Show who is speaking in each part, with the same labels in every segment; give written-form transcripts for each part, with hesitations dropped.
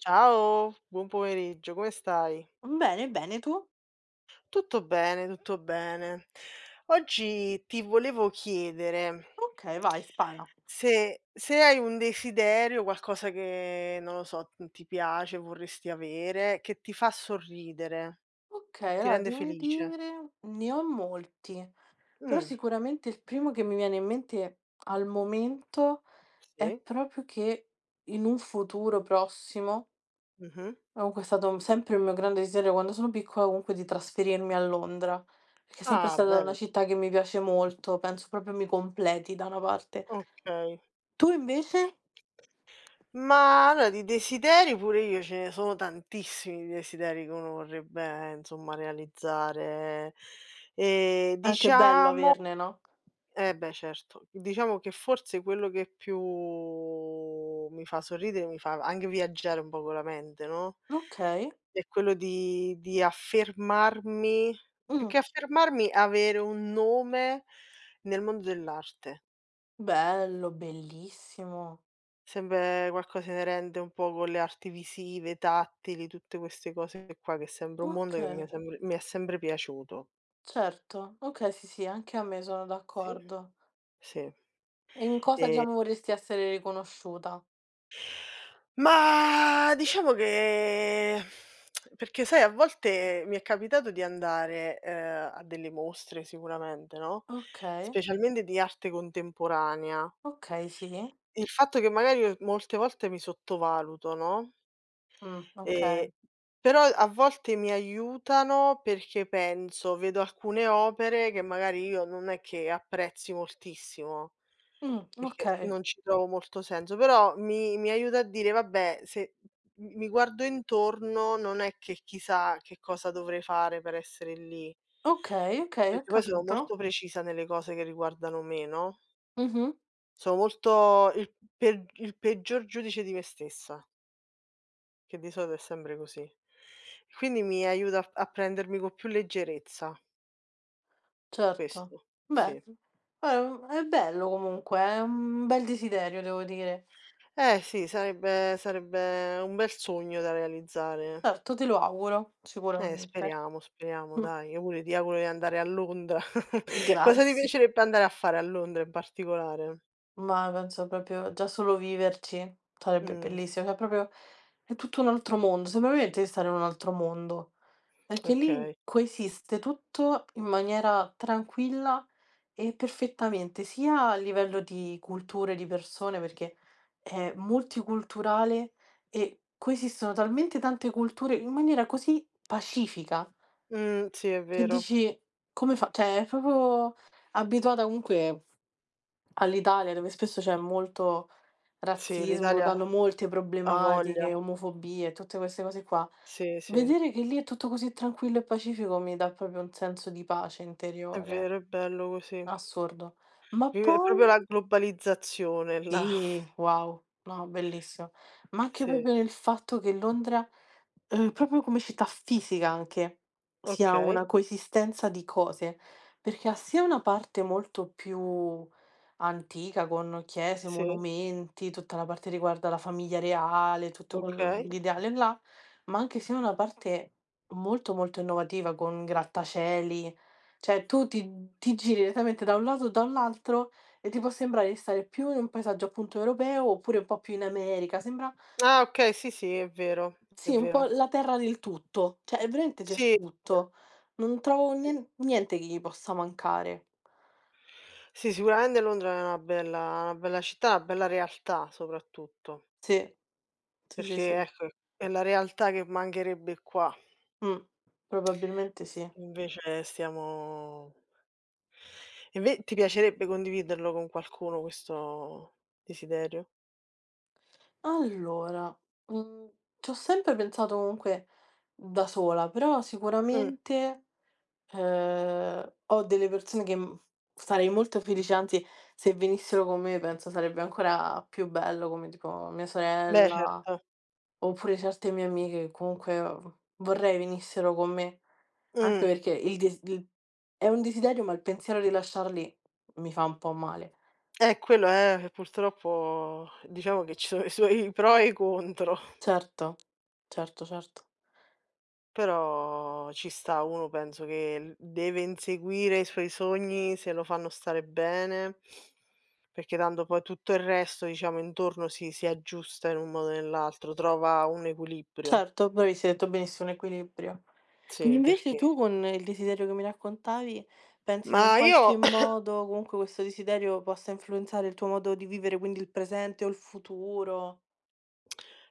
Speaker 1: Ciao, buon pomeriggio, come stai?
Speaker 2: Bene, bene, tu?
Speaker 1: Tutto bene, tutto bene. Oggi ti volevo chiedere
Speaker 2: Okay, vai, spara.
Speaker 1: se hai un desiderio, qualcosa che non lo so, ti piace, vorresti avere, che ti fa sorridere, che
Speaker 2: Okay,
Speaker 1: ti
Speaker 2: allora
Speaker 1: rende
Speaker 2: devo
Speaker 1: felice.
Speaker 2: dire ne ho molti, però
Speaker 1: Mm,
Speaker 2: sicuramente il primo che mi viene in mente al momento è
Speaker 1: sì.
Speaker 2: proprio che in un futuro prossimo,
Speaker 1: Mhm.
Speaker 2: comunque è stato un sempre un mio grande desiderio quando sono piccola comunque di trasferirmi a Londra, perché è sempre
Speaker 1: Ah,
Speaker 2: stata una
Speaker 1: bello.
Speaker 2: città che mi piace molto, penso proprio mi completi da una parte.
Speaker 1: Ok.
Speaker 2: Tu invece?
Speaker 1: Ma allora di desideri pure io ce ne sono tantissimi di desideri che uno vorrebbe insomma realizzare.
Speaker 2: Anche bello
Speaker 1: Diciamo
Speaker 2: averne, no?
Speaker 1: eh beh certo, diciamo che forse quello che più mi fa sorridere, mi fa anche viaggiare un po' con la mente, no,
Speaker 2: Okay.
Speaker 1: è quello di affermarmi più
Speaker 2: Mh.
Speaker 1: che affermarmi, avere un nome nel mondo dell'arte.
Speaker 2: Bello, bellissimo.
Speaker 1: Sempre qualcosa inerente un po' con le arti visive, tattili, tutte queste cose qua, che è sempre un mondo che mi è
Speaker 2: Okay,
Speaker 1: sempre mi è sempre piaciuto.
Speaker 2: certo. Okay, sì, sì, anche a me, sono
Speaker 1: Sì,
Speaker 2: d'accordo.
Speaker 1: sì.
Speaker 2: E in cosa,
Speaker 1: Ehm,
Speaker 2: diciamo, vorresti essere riconosciuta?
Speaker 1: ma diciamo che perché sai a volte mi è capitato di andare, a delle mostre sicuramente, no,
Speaker 2: Okay,
Speaker 1: specialmente di arte contemporanea.
Speaker 2: okay, sì.
Speaker 1: Il fatto che magari io molte volte mi sottovaluto, no? Ehm,
Speaker 2: Okay.
Speaker 1: Però a volte mi aiutano perché penso, vedo alcune opere che magari io non è che apprezzi moltissimo, perché
Speaker 2: Okay.
Speaker 1: non ci trovo molto senso, però mi aiuta a dire: "Vabbè, se m mi guardo intorno non è che chissà che cosa dovrei fare per essere lì."
Speaker 2: Okay, okay,
Speaker 1: Perché
Speaker 2: ho
Speaker 1: poi sono
Speaker 2: capito.
Speaker 1: molto precisa nelle cose che riguardano me, no,
Speaker 2: Mh-mh,
Speaker 1: sono molto il peggior giudice di me stessa. Che di solito è sempre così. Quindi mi aiuta a prendermi con più leggerezza,
Speaker 2: certo.
Speaker 1: questo,
Speaker 2: Beh,
Speaker 1: sì.
Speaker 2: è bello comunque, è un bel desiderio, devo dire.
Speaker 1: Eh sì, sarebbe un bel sogno da realizzare.
Speaker 2: Certo, te lo auguro, sicuramente.
Speaker 1: Speriamo, speriamo dai. Io pure ti auguro di andare a Londra. Cosa ti
Speaker 2: Grazie.
Speaker 1: piacerebbe andare a fare a Londra in particolare?
Speaker 2: Ma penso proprio già solo viverci sarebbe
Speaker 1: Mh,
Speaker 2: bellissimo, cioè proprio è tutto un altro mondo, sembra veramente di stare in un altro mondo, perché lì
Speaker 1: okay.
Speaker 2: coesiste tutto in maniera tranquilla e perfettamente, sia a livello di culture, di persone, perché è multiculturale e coesistono talmente tante culture in maniera così pacifica
Speaker 1: Sì è
Speaker 2: che
Speaker 1: vero.
Speaker 2: dici: "Come fa", cioè è proprio abituata comunque all'Italia dove spesso c'è molto
Speaker 1: Sì,
Speaker 2: razzismo,
Speaker 1: l'Italia
Speaker 2: danno molte
Speaker 1: ha voglia.
Speaker 2: problematiche, omofobie, tutte queste cose qua.
Speaker 1: Sì, sì,
Speaker 2: Vedere che lì è tutto così tranquillo e pacifico mi dà proprio un senso di pace
Speaker 1: è
Speaker 2: interiore,
Speaker 1: vero, è bello così.
Speaker 2: assurdo. Ma
Speaker 1: Vive È
Speaker 2: poi
Speaker 1: proprio la globalizzazione là.
Speaker 2: sì, wow, no, bellissimo. Ma anche
Speaker 1: Sì,
Speaker 2: proprio nel fatto che Londra, proprio come città fisica anche, sia
Speaker 1: okay.
Speaker 2: una coesistenza di cose, perché ha sia una parte molto più antica con chiese,
Speaker 1: Sì,
Speaker 2: monumenti, tutta la parte riguarda la famiglia reale, tutto
Speaker 1: okay.
Speaker 2: quell'ideale là, ma anche sia una parte molto, molto innovativa con grattacieli, cioè tu ti giri direttamente da un lato o dall'altro e ti può sembrare di stare più in un paesaggio appunto europeo, oppure un po' più in America, sembra
Speaker 1: Ah okay, sì, sì, è vero, è
Speaker 2: sì, un po'
Speaker 1: vero.
Speaker 2: la terra del tutto, cioè è veramente c'è
Speaker 1: Sì,
Speaker 2: tutto. Non trovo niente che gli possa mancare.
Speaker 1: sì, sicuramente Londra è una bella città, una bella realtà soprattutto,
Speaker 2: Sì. Sì, sì,
Speaker 1: perché
Speaker 2: sì.
Speaker 1: ecco, è la realtà che mancherebbe qua.
Speaker 2: Mh, probabilmente sì.
Speaker 1: Invece stiamo inve Ti piacerebbe condividerlo con qualcuno questo desiderio?
Speaker 2: Allora, mhmm, c'ho sempre pensato comunque da sola, però
Speaker 1: Mh,
Speaker 2: sicuramente ho delle persone che sarei molto felice, anzi se venissero con me penso sarebbe ancora più bello, come tipo mia
Speaker 1: beh
Speaker 2: sorella,
Speaker 1: certo.
Speaker 2: oppure certe mie amiche che comunque vorrei venissero con me,
Speaker 1: Mh.
Speaker 2: anche perché il des il è un desiderio, ma il pensiero di lasciarli mi fa un po' male.
Speaker 1: Quello è purtroppo diciamo che ci sono i suoi pro e i contro.
Speaker 2: Certo, certo, certo.
Speaker 1: Però ci sta, uno penso che l deve inseguire i suoi sogni se lo fanno stare bene, perché tanto poi tutto il resto, diciamo, intorno si aggiusta in un modo o nell'altro, trova un equilibrio.
Speaker 2: Certo, bravi, si è detto benissimo, un equilibrio.
Speaker 1: Sì,
Speaker 2: Invece
Speaker 1: perché
Speaker 2: tu con il desiderio che mi raccontavi, pensi che in
Speaker 1: ma
Speaker 2: qualche
Speaker 1: io
Speaker 2: modo comunque questo desiderio possa influenzare il tuo modo di vivere, quindi il presente o il futuro?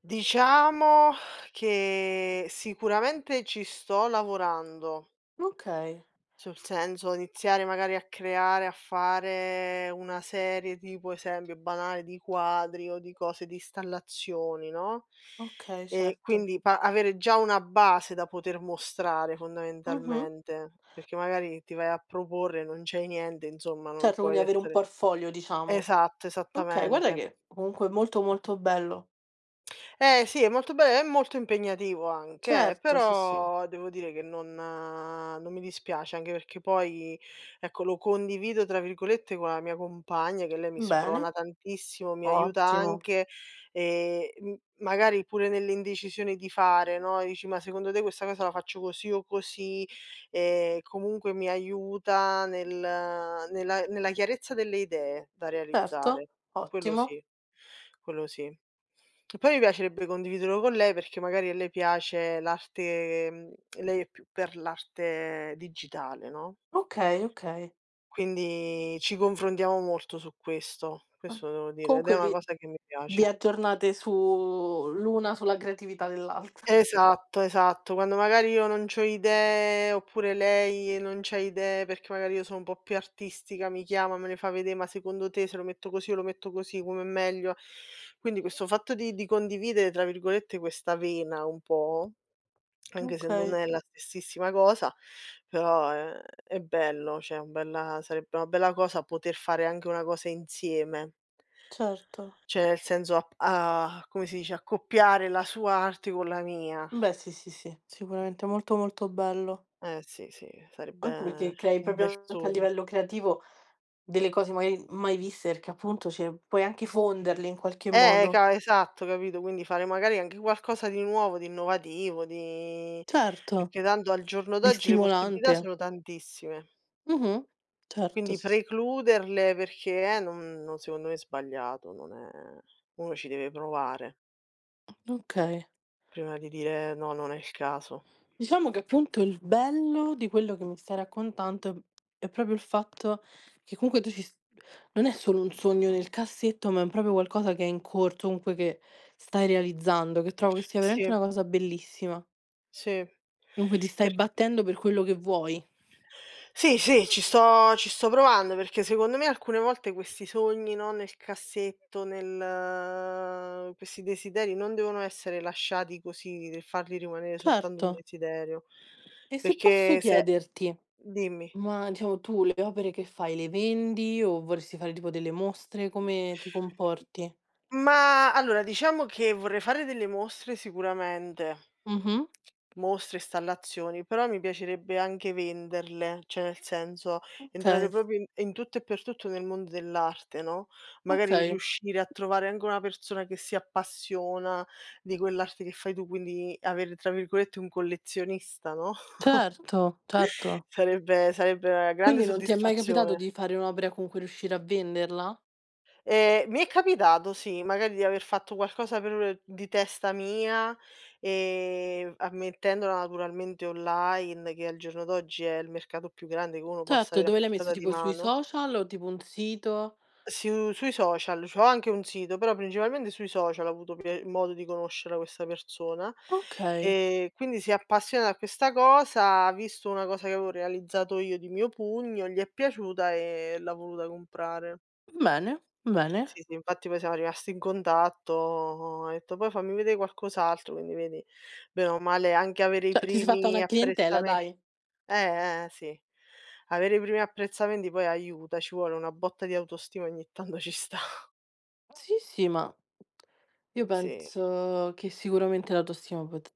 Speaker 1: diciamo che sicuramente ci sto lavorando.
Speaker 2: Okay,
Speaker 1: Sul senso, iniziare magari a creare, a fare una serie tipo, esempio banale, di quadri o di cose, di installazioni, no,
Speaker 2: okay,
Speaker 1: e
Speaker 2: certo.
Speaker 1: quindi pa avere già una base da poter mostrare
Speaker 2: Mh-mh.
Speaker 1: fondamentalmente, perché magari ti vai a proporre e non c'hai niente, insomma non
Speaker 2: Certo, quindi
Speaker 1: puoi
Speaker 2: avere un
Speaker 1: essere
Speaker 2: portfolio diciamo.
Speaker 1: esatto,
Speaker 2: Okay, guarda
Speaker 1: esattamente.
Speaker 2: che comunque molto, molto bello.
Speaker 1: Eh sì, è molto impegnativo anche
Speaker 2: Certo, sì, sì.
Speaker 1: però devo dire che non mi dispiace, anche perché poi, ecco, lo "condivido" tra virgolette con la mia compagna, che lei mi
Speaker 2: Bene,
Speaker 1: sprona tantissimo, mi aiuta
Speaker 2: ottimo.
Speaker 1: anche, m magari pure nell'indecisione di fare, no, dici: "Ma secondo te questa cosa la faccio così o così?" Comunque mi aiuta nella chiarezza delle idee da
Speaker 2: Certo,
Speaker 1: realizzare. Quello
Speaker 2: ottimo.
Speaker 1: sì, quello sì. Che poi mi piacerebbe condividerlo con lei perché magari a lei piace l'arte lei è più per l'arte digitale, no,
Speaker 2: Okay, okay.
Speaker 1: quindi ci confrontiamo molto su questo,
Speaker 2: Ah,
Speaker 1: questo devo dire, ed è
Speaker 2: comunque
Speaker 1: una
Speaker 2: vi
Speaker 1: cosa che mi
Speaker 2: vi
Speaker 1: piace.
Speaker 2: aggiornate su l'una sulla creatività dell'altra.
Speaker 1: Esatto, esatto, quando magari io non c'ho idee oppure lei non c'ha idee perché magari io sono un po' più artistica, mi chiama, me le fa vedè: "Ma secondo te se lo metto così o lo metto così, com'è meglio?" Quindi questo fatto di condividere, tra virgolette, questa vena un po' anche se non
Speaker 2: Okay.
Speaker 1: è la stessissima cosa, però è bello, cioè un bella sarebbe una bella cosa poter fare anche una cosa insieme,
Speaker 2: Certo.
Speaker 1: cioè nel senso a come si dice, accoppiare la sua arte con la mia.
Speaker 2: Beh, sì, sì, sì, sicuramente molto, molto bello.
Speaker 1: Eh sì, sì, sarebbe
Speaker 2: Anche perché crei
Speaker 1: un bel
Speaker 2: proprio anche a
Speaker 1: sogno.
Speaker 2: livello creativo delle cose magari mai viste, perché appunto ce puoi anche fonderle in qualche modo.
Speaker 1: Ca esatto, capito? Quindi fare magari anche qualcosa di nuovo, di innovativo, di
Speaker 2: Certo,
Speaker 1: perché tanto al giorno
Speaker 2: di
Speaker 1: d'oggi le possibilità
Speaker 2: stimolante.
Speaker 1: sono tantissime.
Speaker 2: Mh-mh. Certo,
Speaker 1: Quindi
Speaker 2: sì, s
Speaker 1: precluderle perché non secondo me è sbagliato, non è uno ci deve provare
Speaker 2: okay.
Speaker 1: prima di dire: "No, non è il caso".
Speaker 2: Diciamo che appunto il bello di quello che mi stai raccontando è proprio il fatto che comunque tu ci s non è solo un sogno nel cassetto, ma è un proprio qualcosa che è in corso, comunque che stai realizzando, che trovo che sia veramente
Speaker 1: Sì,
Speaker 2: una cosa bellissima.
Speaker 1: sì.
Speaker 2: Comunque ti stai
Speaker 1: Per
Speaker 2: battendo per quello che vuoi.
Speaker 1: Sì, sì, ci sto provando perché secondo me alcune volte questi sogni, no, nel cassetto, nel questi desideri non devono essere lasciati così, farli rimanere soltanto
Speaker 2: Certo.
Speaker 1: un desiderio.
Speaker 2: E se posso
Speaker 1: Perché se
Speaker 2: chiederti,
Speaker 1: Dimmi.
Speaker 2: ma diciamo tu le opere che fai le vendi o vorresti fare tipo delle mostre? Come ti comporti?
Speaker 1: Ma allora, diciamo che vorrei fare delle mostre sicuramente,
Speaker 2: Mh-mh.
Speaker 1: mostre, installazioni, però mi piacerebbe anche venderle, cioè nel senso entrare
Speaker 2: Okay,
Speaker 1: proprio in tutto e per tutto nel mondo dell'arte, no, magari
Speaker 2: okay.
Speaker 1: riuscire a trovare anche una persona che si appassiona di quell'arte che fai tu, quindi avere tra virgolette un "collezionista", no,
Speaker 2: Certo, certo.
Speaker 1: sarebbe una grande
Speaker 2: Quindi non ti è mai capitato
Speaker 1: soddisfazione.
Speaker 2: di fare un'opera con cui riuscire a venderla?
Speaker 1: Mi è capitato sì, magari di aver fatto qualcosa per di testa mia, ammettendola naturalmente online, che al giorno d'oggi è il mercato più grande che uno possa
Speaker 2: Certo, e
Speaker 1: avere a
Speaker 2: dove l'hai messo?
Speaker 1: portata di
Speaker 2: Tipo, sì, sui
Speaker 1: mano.
Speaker 2: social o tipo un sito?
Speaker 1: Su Sui social, c'ho anche un sito, però principalmente sui social ho avuto pie modo di conoscere questa persona,
Speaker 2: Okay,
Speaker 1: quindi si è appassionata a questa cosa, ha visto una cosa che avevo realizzato io di mio pugno, gli è piaciuta e l'ha voluta comprare.
Speaker 2: bene, bene.
Speaker 1: Sì, sì, infatti poi siamo rimasti in contatto, ho detto: "Poi fammi vedere qualcos'altro", quindi vedi, bene o male anche avere i
Speaker 2: Cioè ti sei fatta
Speaker 1: primi
Speaker 2: una clientela
Speaker 1: apprezzame
Speaker 2: dai.
Speaker 1: sì. Avere i primi apprezzamenti poi aiuta, ci vuole una botta di autostima ogni tanto ci sta.
Speaker 2: Sì, sì, ma io
Speaker 1: Sì.
Speaker 2: penso che sicuramente l'autostima pot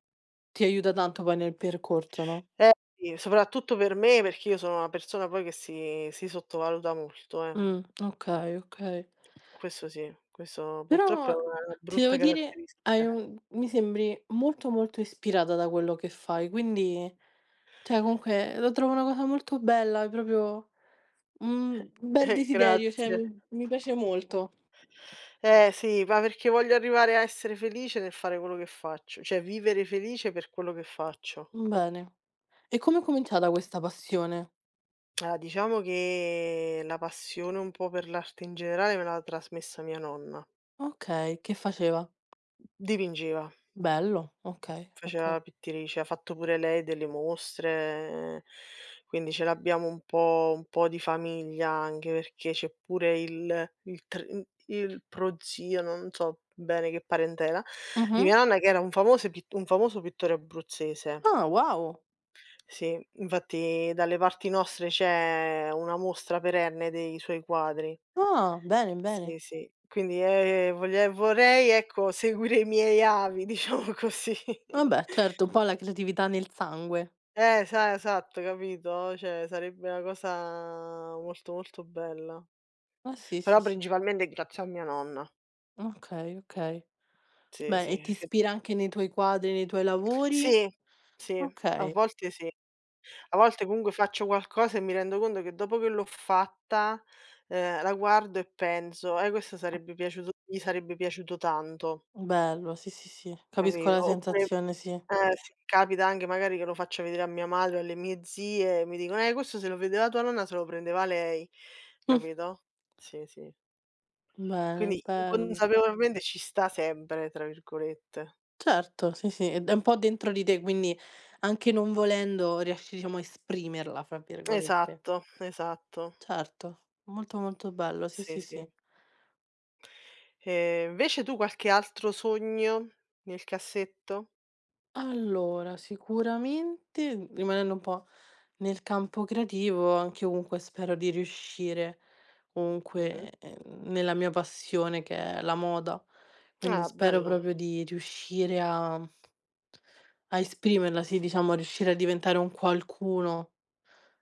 Speaker 2: ti aiuta tanto poi nel percorso, no?
Speaker 1: Eh sì, soprattutto per me, perché io sono una persona poi che si sottovaluta molto, eh.
Speaker 2: Okay, okay.
Speaker 1: Questo sì, questo purtroppo è
Speaker 2: Però
Speaker 1: una
Speaker 2: ti
Speaker 1: brutta
Speaker 2: devo dire, hai
Speaker 1: caratteristica.
Speaker 2: un mi sembri molto, molto ispirata da quello che fai, quindi cioè comunque lo trovo una cosa molto bella, è proprio un bel desiderio, cioè
Speaker 1: Grazie.
Speaker 2: mi piace molto.
Speaker 1: Eh sì, ma perché voglio arrivare a essere felice nel fare quello che faccio, cioè vivere felice per quello che faccio.
Speaker 2: Bene. E come è cominciata questa passione?
Speaker 1: Allora, diciamo che la passione un po' per l'arte in generale me l'ha trasmessa mia nonna.
Speaker 2: Okay, che faceva?
Speaker 1: Dipingeva,
Speaker 2: Bello, okay,
Speaker 1: faceva
Speaker 2: okay.
Speaker 1: la pittrice, ha fatto pure lei delle mostre, quindi ce l'abbiamo un po' di famiglia anche perché c'è pure il prozio, non so bene che parentela, di
Speaker 2: Mh-mh.
Speaker 1: mia nonna che era un famoso pittore abruzzese.
Speaker 2: Ah, wow.
Speaker 1: Sì, infatti dalle parti nostre c'è una mostra perenne dei suoi quadri.
Speaker 2: Ah, bene,
Speaker 1: Sì,
Speaker 2: bene.
Speaker 1: sì. Quindi, voglia vorrei, ecco, seguire i miei avi, diciamo così.
Speaker 2: Vabbè certo, un po' la creatività nel sangue.
Speaker 1: Sa esatto, capito? Cioè, sarebbe una cosa molto, molto bella.
Speaker 2: Eh sì, sì,
Speaker 1: Però
Speaker 2: sì.
Speaker 1: principalmente grazie a mia nonna.
Speaker 2: Okay, okay.
Speaker 1: Sì,
Speaker 2: Beh, e ti
Speaker 1: sì, che
Speaker 2: ispira anche nei tuoi quadri, nei tuoi lavori?
Speaker 1: sì, sì,
Speaker 2: Okay,
Speaker 1: sì. A volte comunque faccio qualcosa e mi rendo conto che dopo che l'ho fatta, la guardo e penso: questo sarebbe piaciuto gli sarebbe piaciuto tanto",
Speaker 2: bello, sì, sì, sì, capisco la
Speaker 1: capito? Oppure
Speaker 2: sensazione, sì.
Speaker 1: eh sì, capita anche magari che lo faccio vedere a mia madre o alle mie zie e mi dicono: questo se lo vedeva tua nonna se lo prendeva lei", capito? Sì, sì.
Speaker 2: Bene,
Speaker 1: Quindi
Speaker 2: bello.
Speaker 1: inconsapevolmente ci sta sempre, tra virgolette.
Speaker 2: Certo, sì, sì, ed è un po' dentro di te, quindi anche non volendo riesci, diciamo, a "esprimerla", fra virgolette.
Speaker 1: Esatto, esatto.
Speaker 2: Certo, molto, molto bello, sì,
Speaker 1: Sì,
Speaker 2: sì,
Speaker 1: sì.
Speaker 2: sì.
Speaker 1: Invece tu qualche altro sogno nel cassetto?
Speaker 2: Allora, sicuramente rimanendo un po' nel campo creativo, anche io comunque spero di riuscire
Speaker 1: Mh-mh.
Speaker 2: comunque nella mia passione che è la moda. Quindi
Speaker 1: Ah,
Speaker 2: spero
Speaker 1: bella.
Speaker 2: proprio di riuscire a esprimerla, sì, diciamo, a riuscire a diventare un qualcuno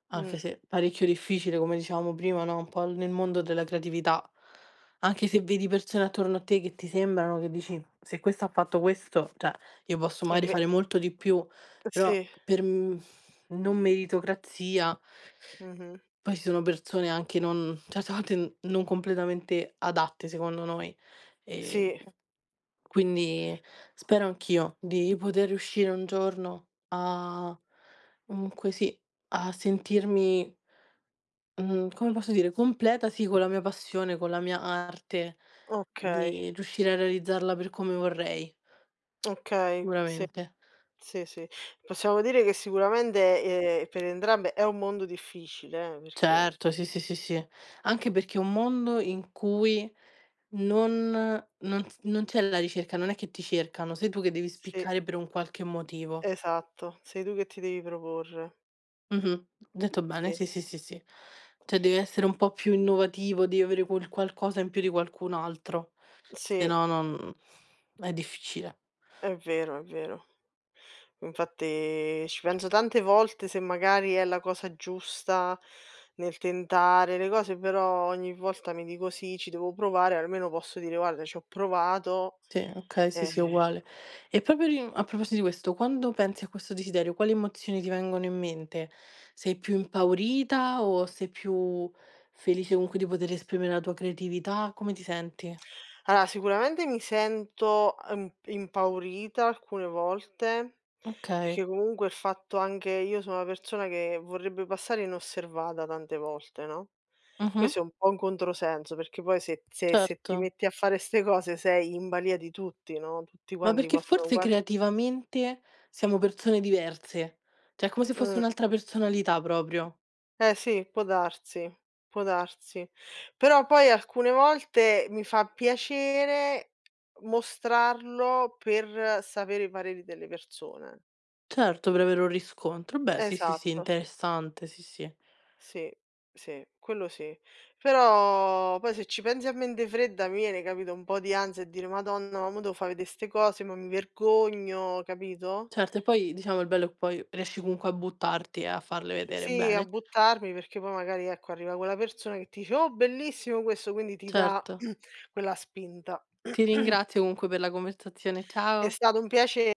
Speaker 2: anche
Speaker 1: Mh.
Speaker 2: se parecchio difficile, come dicevamo prima, no, un po' nel mondo della creatività. Anche se vedi persone attorno a te che ti sembrano che dici: "Se questo ha fatto questo, cioè io posso
Speaker 1: È
Speaker 2: magari
Speaker 1: ve
Speaker 2: fare molto di più", però
Speaker 1: Sì,
Speaker 2: per non meritocrazia,
Speaker 1: mh-mh.
Speaker 2: poi ci sono persone anche non certe volte n non completamente adatte secondo noi. Ehm,
Speaker 1: Sì,
Speaker 2: quindi spero anch'io di poter riuscire un giorno a comunque sì, a sentirmi Mhmm, come posso dire, completa sì, con la mia passione, con la mia arte,
Speaker 1: okay,
Speaker 2: di riuscire a realizzarla per come vorrei,
Speaker 1: okay. Sì,
Speaker 2: sicuramente.
Speaker 1: sì, sì. Possiamo dire che sicuramente, per entrambe è un mondo difficile, perché
Speaker 2: Certo, sì, sì, sì, sì. Anche perché è un mondo in cui non c'è la ricerca, non è che ti cercano, sei tu che devi
Speaker 1: sì,
Speaker 2: spiccare per un qualche motivo.
Speaker 1: esatto, sei tu che ti devi proporre.
Speaker 2: Mh-mh, detto bene,
Speaker 1: Sì.
Speaker 2: sì, sì, sì, sì. Cioè devi essere un po' più innovativo, devi avere quel qualcosa in più di qualcun altro, se
Speaker 1: Sì.
Speaker 2: no non è difficile.
Speaker 1: È vero, è vero. Infatti ci penso tante volte se magari è la cosa giusta nel tentare le cose, però ogni volta mi dico: "Sì, ci devo provare", almeno posso dire: "Guarda, ci ho provato".
Speaker 2: Sì, okay, sì,
Speaker 1: Eh
Speaker 2: sì, uguale. E proprio ri a proposito di questo, quando pensi a questo desiderio, quali emozioni ti vengono in mente? Sei più impaurita o sei più felice comunque di poter esprimere la tua creatività? Come ti senti?
Speaker 1: Allora, sicuramente mi sento im impaurita alcune volte,
Speaker 2: Okay.
Speaker 1: perché comunque il fatto anche io sono una persona che vorrebbe passare inosservata tante volte, no,
Speaker 2: Mh-mh.
Speaker 1: questo è un po' un controsenso, perché poi se se
Speaker 2: Certo.
Speaker 1: ti metti a fare 'ste cose sei in balia di tutti, no, tutti
Speaker 2: Ma
Speaker 1: quanti
Speaker 2: perché
Speaker 1: possono
Speaker 2: forse
Speaker 1: guar
Speaker 2: creativamente siamo persone diverse, cioè è come se fosse
Speaker 1: mh.
Speaker 2: un'altra personalità proprio.
Speaker 1: Eh sì, può darsi, può darsi. Però poi alcune volte mi fa piacere mostrarlo per sapere i pareri delle persone.
Speaker 2: Certo, per avere un riscontro. Beh, sì, sì, sì,
Speaker 1: Esatto,
Speaker 2: interessante, sì, sì.
Speaker 1: sì, sì, quello sì. Però poi se ci pensi a mente fredda mi viene, capito, un po' di ansia e dire: "Madonna, ma mo devo fa' vedè 'ste cose, ma mi vergogno", capito?
Speaker 2: Certo, e poi diciamo il bello è che poi riesci comunque a buttarti e a farle vedere
Speaker 1: Sì, a
Speaker 2: bene.
Speaker 1: buttarmi perché poi magari, ecco, arriva quella persona che ti dice: "Oh, bellissimo questo", quindi ti dà
Speaker 2: Certo.
Speaker 1: quella spinta.
Speaker 2: Ti ringrazio comunque per la conversazione.
Speaker 1: È
Speaker 2: Ciao.
Speaker 1: stato un piacere.